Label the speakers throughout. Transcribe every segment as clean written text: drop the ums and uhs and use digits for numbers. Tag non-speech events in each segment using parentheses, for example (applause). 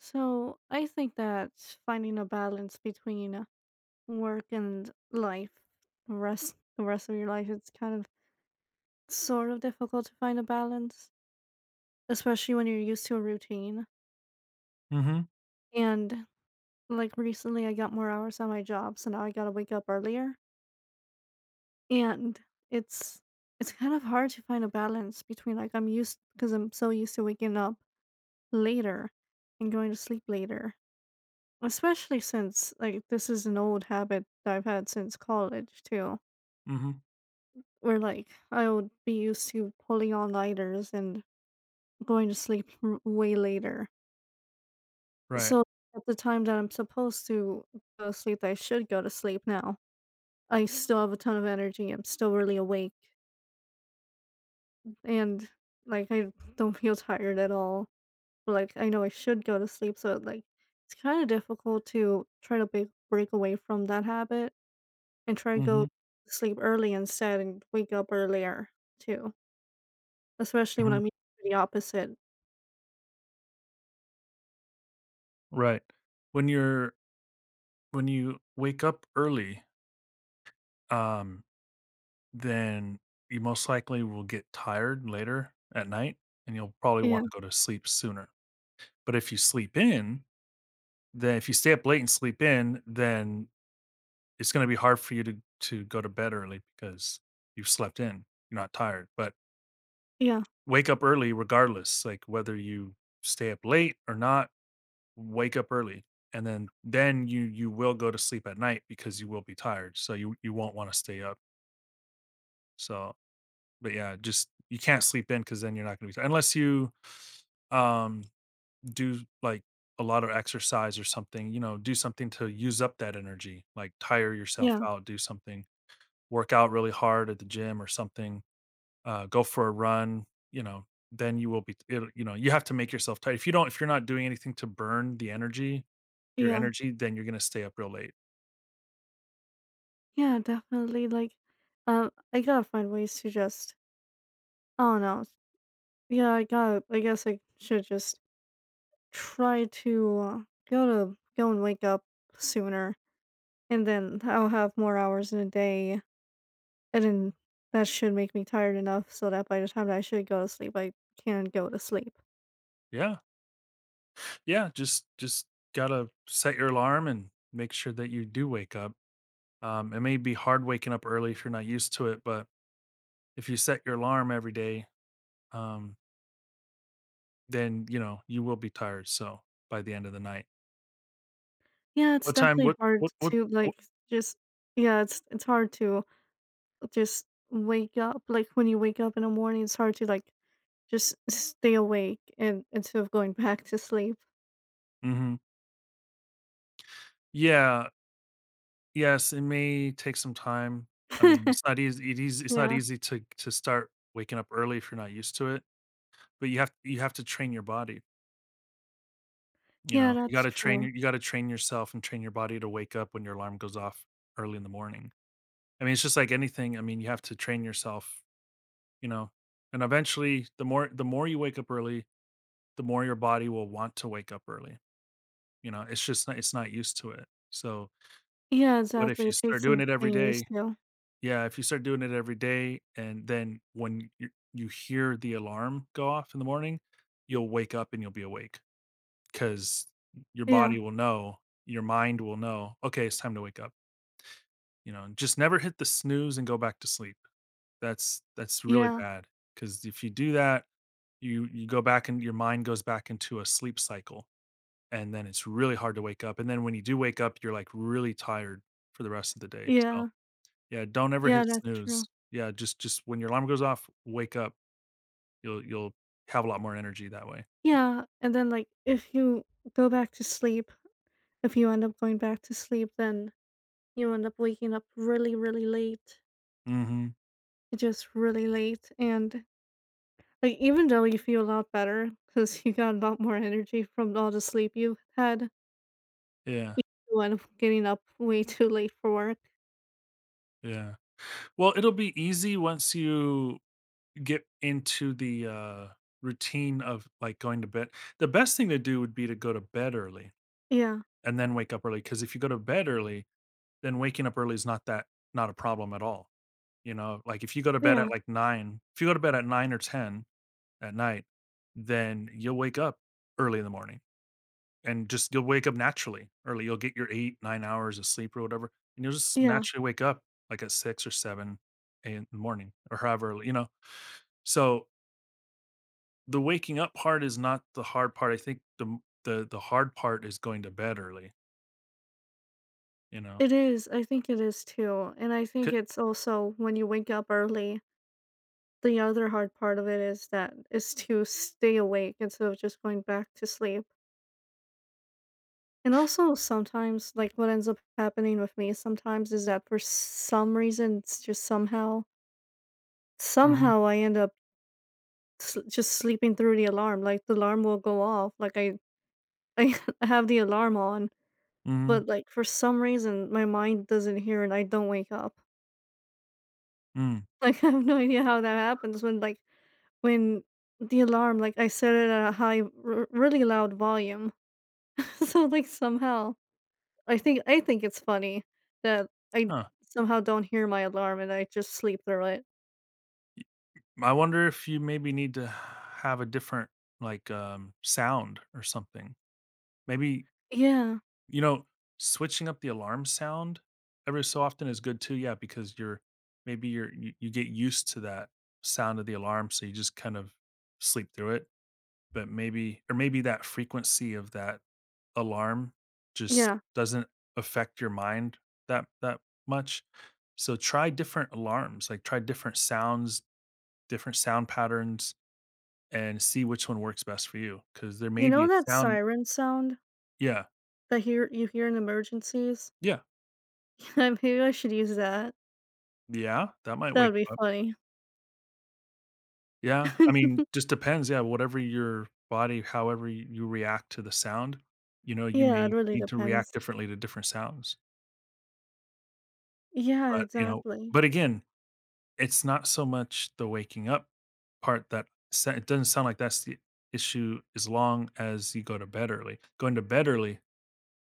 Speaker 1: So I think that finding a balance between work and life, the rest of your life, it's kind of difficult to find a balance, especially when you're used to a routine.
Speaker 2: Mhm,
Speaker 1: And like recently, I got more hours on my job, so now I gotta wake up earlier, and it's it's kind of hard to find a balance between like I'm used because I'm so used to waking up later and going to sleep later. Especially since, like, this is an old habit that I've had since college, too,
Speaker 2: mhm,
Speaker 1: where, like, I would be used to pulling on lighters and going to way later.
Speaker 2: right.
Speaker 1: So, at the time that I'm supposed to go to sleep, I should go to sleep now. I still have a ton of energy. I'm still really awake. And, like, I don't feel tired at all. But, like, I know I should go to sleep. So, like, it's kind of difficult to try to break away from that habit. I try to go
Speaker 2: Mhm,
Speaker 1: to sleep early instead and wake up earlier too, especially when
Speaker 2: mhm,
Speaker 1: I'm used to the opposite.
Speaker 2: right. When you're when you wake up early, um, then you most likely will get tired later at night, and you'll probably
Speaker 1: Yeah,
Speaker 2: wanna go to sleep sooner. But if you sleep in, then if you stay up late and sleep in, then it's gonna be hard for you to go to bed early because you've slept in, you're not tired. But
Speaker 1: yeah,
Speaker 2: wake up early regardless, like, whether you stay up late or not. Wake up early and then you will go to sleep at night because you will be tired, so you won't want to stay up, so but yeah, just you can't sleep in because then you're not going to be tired unless you um do, like, a lot of exercise or something, you know, do something to use up that energy, like tire yourself
Speaker 1: yeah,
Speaker 2: out, do something, work out really hard at the gym or something, go for a run, you know, then you will be it'll, you have to make yourself tired if you don't if you're not doing anything to burn the energy your
Speaker 1: yeah,
Speaker 2: energy, then you're going to stay up real late.
Speaker 1: yeah, definitely. Like, I gotta find ways to just, oh no. Yeah, I gotta, I guess I should just try to go and wake up sooner, and then I'll have more hours in a day, and then that should make me tired enough so that by the time that I should go to sleep, I can go to sleep.
Speaker 2: Yeah. Yeah, just gotta set your alarm and make sure that you do wake up. It may be hard waking up early if you're not used to it, but if you set your alarm every day, um, then, you know, you will be tired, so, by the end of the night.
Speaker 1: Yeah, it's
Speaker 2: What time
Speaker 1: definitely hard to
Speaker 2: what
Speaker 1: like just yeah, it's hard to just wake up. Like when you wake up in the morning, it's hard to like just stay awake and instead of going (laughs) back to sleep.
Speaker 2: Mhm. Yeah. Yes, it may take some time. I mean,
Speaker 1: (laughs)
Speaker 2: it's not easy it is it's not
Speaker 1: Yeah.
Speaker 2: easy to start waking up early if you're not used to it, but you have to train your body. You
Speaker 1: Yeah,
Speaker 2: know, you
Speaker 1: that's
Speaker 2: gotta train
Speaker 1: true.
Speaker 2: your you gotta train yourself and train your body to wake up when your alarm goes off early in the morning. I mean, it's just like anything. I mean, you have to train yourself, you know, and eventually the more you wake up early, the more your body will want to wake up early. You know, it's not used to it. So,
Speaker 1: Yeah,
Speaker 2: but if
Speaker 1: exactly.
Speaker 2: you
Speaker 1: It
Speaker 2: start
Speaker 1: takes
Speaker 2: doing
Speaker 1: some
Speaker 2: it every
Speaker 1: getting
Speaker 2: day,
Speaker 1: used to.
Speaker 2: yeah, if you start doing it every day, and then when you hear the alarm go off in the morning, you'll wake up and you'll be awake. 'Cause your
Speaker 1: Yeah.
Speaker 2: body will know, your mind will know, "Okay, it's time to wake up," you know, and just never hit the snooze and go back to sleep. That's really
Speaker 1: Yeah.
Speaker 2: bad. Because if you do that, you go back and your mind goes back into a sleep cycle, and then it's really hard to wake up, and then when you do wake up, you're, like, really tired for the rest of the day, so,
Speaker 1: Yeah.
Speaker 2: yeah, don't ever
Speaker 1: Yeah,
Speaker 2: hit
Speaker 1: that's true.
Speaker 2: snooze. Yeah, just when your alarm goes off, wake up. You'll have a lot more energy that way.
Speaker 1: Yeah, and then like if you go back to sleep, if you end up going back to sleep, then you end up waking up really, really late.
Speaker 2: Mhm.
Speaker 1: Just really late and like, even though you feel a lot better because you got a lot more energy from all the sleep you've had,
Speaker 2: Yeah,
Speaker 1: you still end up getting up way too late for work.
Speaker 2: yeah. Well, it'll be easy once you get into the routine of, like, going to bed. The best thing to do would be to go to bed early
Speaker 1: Yeah.
Speaker 2: and then wake up early. Because if you go to bed early, then waking up early is not a problem at all. You know, like if you go to bed
Speaker 1: Yeah.
Speaker 2: at like nine, if you go to bed at 9 or 10 at night, then you'll wake up early in the morning, and just you'll wake up naturally early. You'll get your 8-9 hours of sleep or whatever, and you'll just
Speaker 1: Yeah.
Speaker 2: naturally wake up like at 6 or 7 in the morning or however early. You know, so the waking up part is not the hard part. I think the m the hard part is going to bed early, you know?
Speaker 1: It is, I think it is too, and I think
Speaker 2: C
Speaker 1: it's also when you wake up early, the other hard part of it is that is to stay awake instead of just going back to sleep. And also sometimes, like, what ends up happening with me sometimes is that for some reason, it's just somehow
Speaker 2: Mhm,
Speaker 1: somehow I end up s just sleeping through the alarm, like, the alarm will go off, like, I (laughs) I have the alarm on,
Speaker 2: mhm,
Speaker 1: but, like, for some reason, my mind doesn't hear and I don't wake up. (laughs)
Speaker 2: mm,
Speaker 1: Like, I have no idea how that happens when, like when the alarm like, I set it at a high r really loud volume. (laughs) So, like, somehow I think it's funny that I
Speaker 2: huh.
Speaker 1: somehow don't hear my alarm and I just sleep through it.
Speaker 2: Y I wonder if you maybe need to have a different, like, sound or something. Maybe,
Speaker 1: Yeah.
Speaker 2: you know, switching up the alarm sound every so often is good too, yeah, because you're maybe you're you you get used to that sound of the alarm, so you just kind of sleep through it, but maybe that frequency of that alarm just
Speaker 1: Yeah.
Speaker 2: doesn't affect your mind that much. So try different alarms, like try different sounds, different sound patterns, and see which one works best for you. Because there
Speaker 1: You
Speaker 2: may be
Speaker 1: know
Speaker 2: a
Speaker 1: that
Speaker 2: sound.
Speaker 1: siren sound
Speaker 2: Yeah.
Speaker 1: that hear you hear in emergencies?
Speaker 2: Yeah.
Speaker 1: (laughs) Maybe I should use that.
Speaker 2: Yeah, that might
Speaker 1: That
Speaker 2: wake
Speaker 1: would
Speaker 2: you
Speaker 1: be
Speaker 2: up.
Speaker 1: funny.
Speaker 2: Yeah, I mean,
Speaker 1: (laughs)
Speaker 2: just depends, yeah, whatever your body, however you react to the sound, you know, you
Speaker 1: Yeah, it
Speaker 2: may
Speaker 1: really
Speaker 2: need to react
Speaker 1: depends.
Speaker 2: differently to different sounds.
Speaker 1: Yeah,
Speaker 2: But, you know,
Speaker 1: exactly.
Speaker 2: but again, it's not so much the waking up part that sa it doesn't sound like that's the issue, as long as you go to bed early. Going to bed early,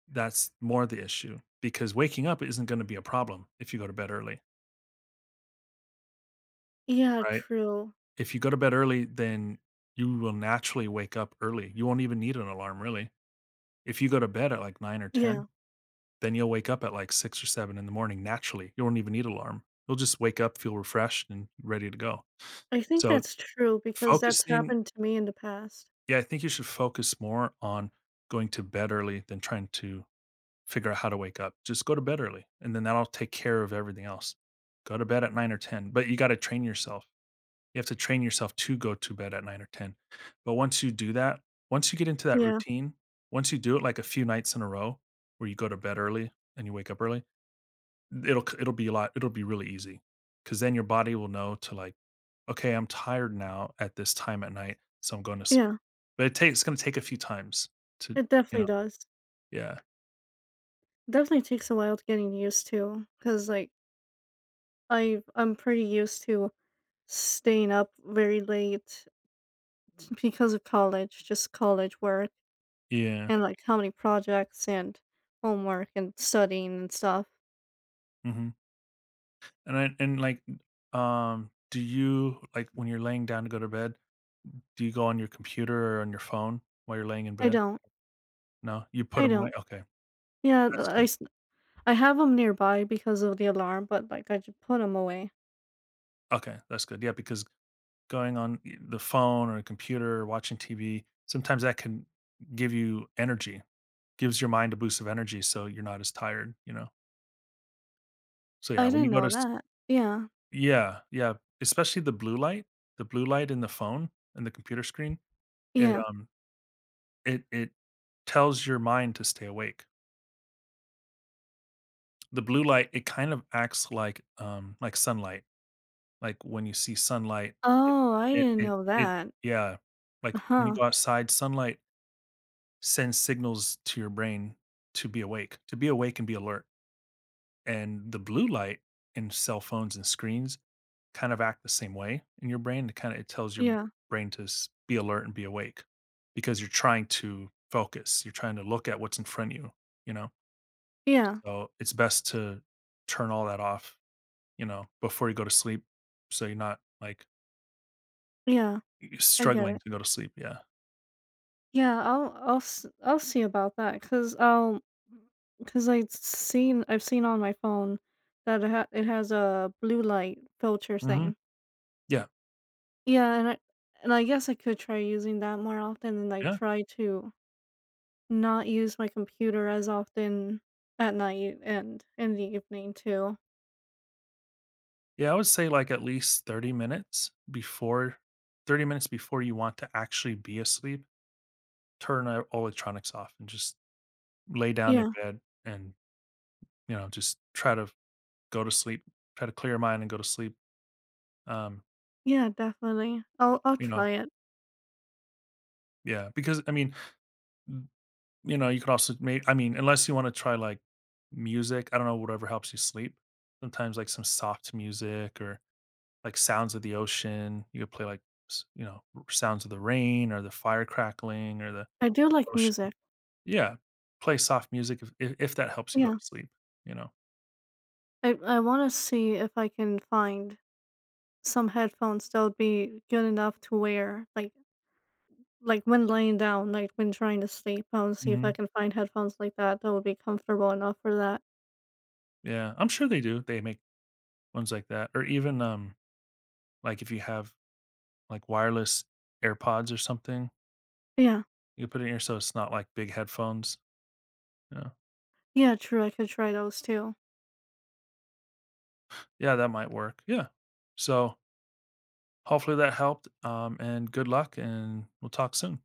Speaker 2: that's more the issue because waking up isn't gonna be a problem if you go to bed early,
Speaker 1: Yeah,
Speaker 2: right?
Speaker 1: true.
Speaker 2: If you go to bed early, then you will naturally wake up early. You won't even need an alarm, really. If you go to bed at, like, 9 or 10,
Speaker 1: Yeah.
Speaker 2: then you'll wake up at, like, 6 or 7 in the morning naturally. You won't even need an alarm. You'll just wake up, feel refreshed, and ready to go.
Speaker 1: I think
Speaker 2: So,
Speaker 1: that's true because that's
Speaker 2: focusing
Speaker 1: happened to me in the past.
Speaker 2: Yeah, I think you should focus more on going to bed early than trying to figure out how to wake up. Just go to bed early, and then that'll take care of everything else. Go to bed at 9 or 10, but you got to train yourself. You have to train yourself to go to bed at 9 or 10. But once you do that, once you get into that
Speaker 1: Yeah.
Speaker 2: routine, once you do it like a few nights in a row where you go to bed early and you wake up early, it'll be really easy cuz then your body will know to, like, "Okay, I'm tired now at this time at night, so I'm going to sleep."
Speaker 1: Yeah.
Speaker 2: But it's gonna take a few times to,
Speaker 1: It
Speaker 2: you
Speaker 1: definitely
Speaker 2: know.
Speaker 1: does.
Speaker 2: Yeah.
Speaker 1: Definitely takes a while to getting used to because, like, I'm pretty used to staying up very late (laughs) because of college, just college work
Speaker 2: Yeah.
Speaker 1: and, like, how many projects and homework and studying and stuff.
Speaker 2: Mhm. And, like, do you, like, when you're laying down to go to bed, do you go on your computer or on your phone while you're laying in
Speaker 1: I
Speaker 2: bed?
Speaker 1: don't.
Speaker 2: No? You put
Speaker 1: I
Speaker 2: them away?
Speaker 1: don't.
Speaker 2: Okay.
Speaker 1: Yeah, th
Speaker 2: That's
Speaker 1: I
Speaker 2: good.
Speaker 1: s I have them nearby because of the alarm, but, like, I just put them away.
Speaker 2: Okay, that's good. Yeah, because going on y the phone or a computer or watching TV, sometimes that can give you energy, gives your mind a boost of energy so you're not as tired, you know? So, yeah,
Speaker 1: I
Speaker 2: when you
Speaker 1: didn't
Speaker 2: go to
Speaker 1: know
Speaker 2: s
Speaker 1: that. Yeah,
Speaker 2: Yeah, yeah, especially the blue light. The blue light in the phone and the computer screen, it,
Speaker 1: yeah.
Speaker 2: um, it tells your mind to stay awake. The blue light, it kind of acts like sunlight. Like, when you see sunlight, it
Speaker 1: Oh, I
Speaker 2: it
Speaker 1: didn't
Speaker 2: it
Speaker 1: know
Speaker 2: it
Speaker 1: that.
Speaker 2: yeah, like, when you
Speaker 1: Huh.
Speaker 2: go outside, sunlight sends signals to your brain to be awake, and be alert. And the blue light in cell phones and screens kind of act the same way in your brain. It kind of it tells your
Speaker 1: Yeah.
Speaker 2: brain to be alert and be awake because you're trying to focus. You're trying to look at what's in front of you, you know?
Speaker 1: Yeah.
Speaker 2: So it's best to turn all that off, you know, before you go to sleep, so you're not like
Speaker 1: Yeah. I get
Speaker 2: struggling
Speaker 1: it.
Speaker 2: to go to sleep, yeah.
Speaker 1: Yeah, I'll see about that because I've seen on my phone that it has a blue light filter
Speaker 2: Mhm.
Speaker 1: thing.
Speaker 2: Yeah.
Speaker 1: Yeah, and I guess I could try using that more often and, I
Speaker 2: Yeah.
Speaker 1: try to not use my computer as often at night and in the evening too.
Speaker 2: Yeah, I would say like at least 30 minutes before you want to actually be asleep, turn out all electronics off and just lay down in
Speaker 1: Yeah.
Speaker 2: bed and, you know, just try to go to sleep, try to clear your mind and go to sleep. Um,
Speaker 1: Yeah, definitely. I'll
Speaker 2: you know,
Speaker 1: try it.
Speaker 2: yeah, because I mean, m- you know, you could also make, I mean, unless you want to try like music, I don't know, whatever helps you sleep. Sometimes like some soft music or like sounds of the ocean. You could play like, you know, sounds of the rain or the fire crackling or the
Speaker 1: I do like
Speaker 2: ocean.
Speaker 1: music.
Speaker 2: Yeah. Play soft music if that helps you go to
Speaker 1: Yeah.
Speaker 2: sleep, you know.
Speaker 1: I wanna see if I can find some headphones that would be good enough to wear, like when laying down, like when trying to sleep. I wanna see if
Speaker 2: Mm-hmm.
Speaker 1: I can find headphones like that that would be comfortable enough for that.
Speaker 2: Yeah, I'm sure they do. They make ones like that, or even like if you have like wireless AirPods or something,
Speaker 1: Yeah.
Speaker 2: you can put it in your so it's not like big headphones. Yeah,
Speaker 1: Yeah, true, I could try those too.
Speaker 2: yeah, that might work. Yeah. So hopefully that helped. And good luck, and we'll talk soon.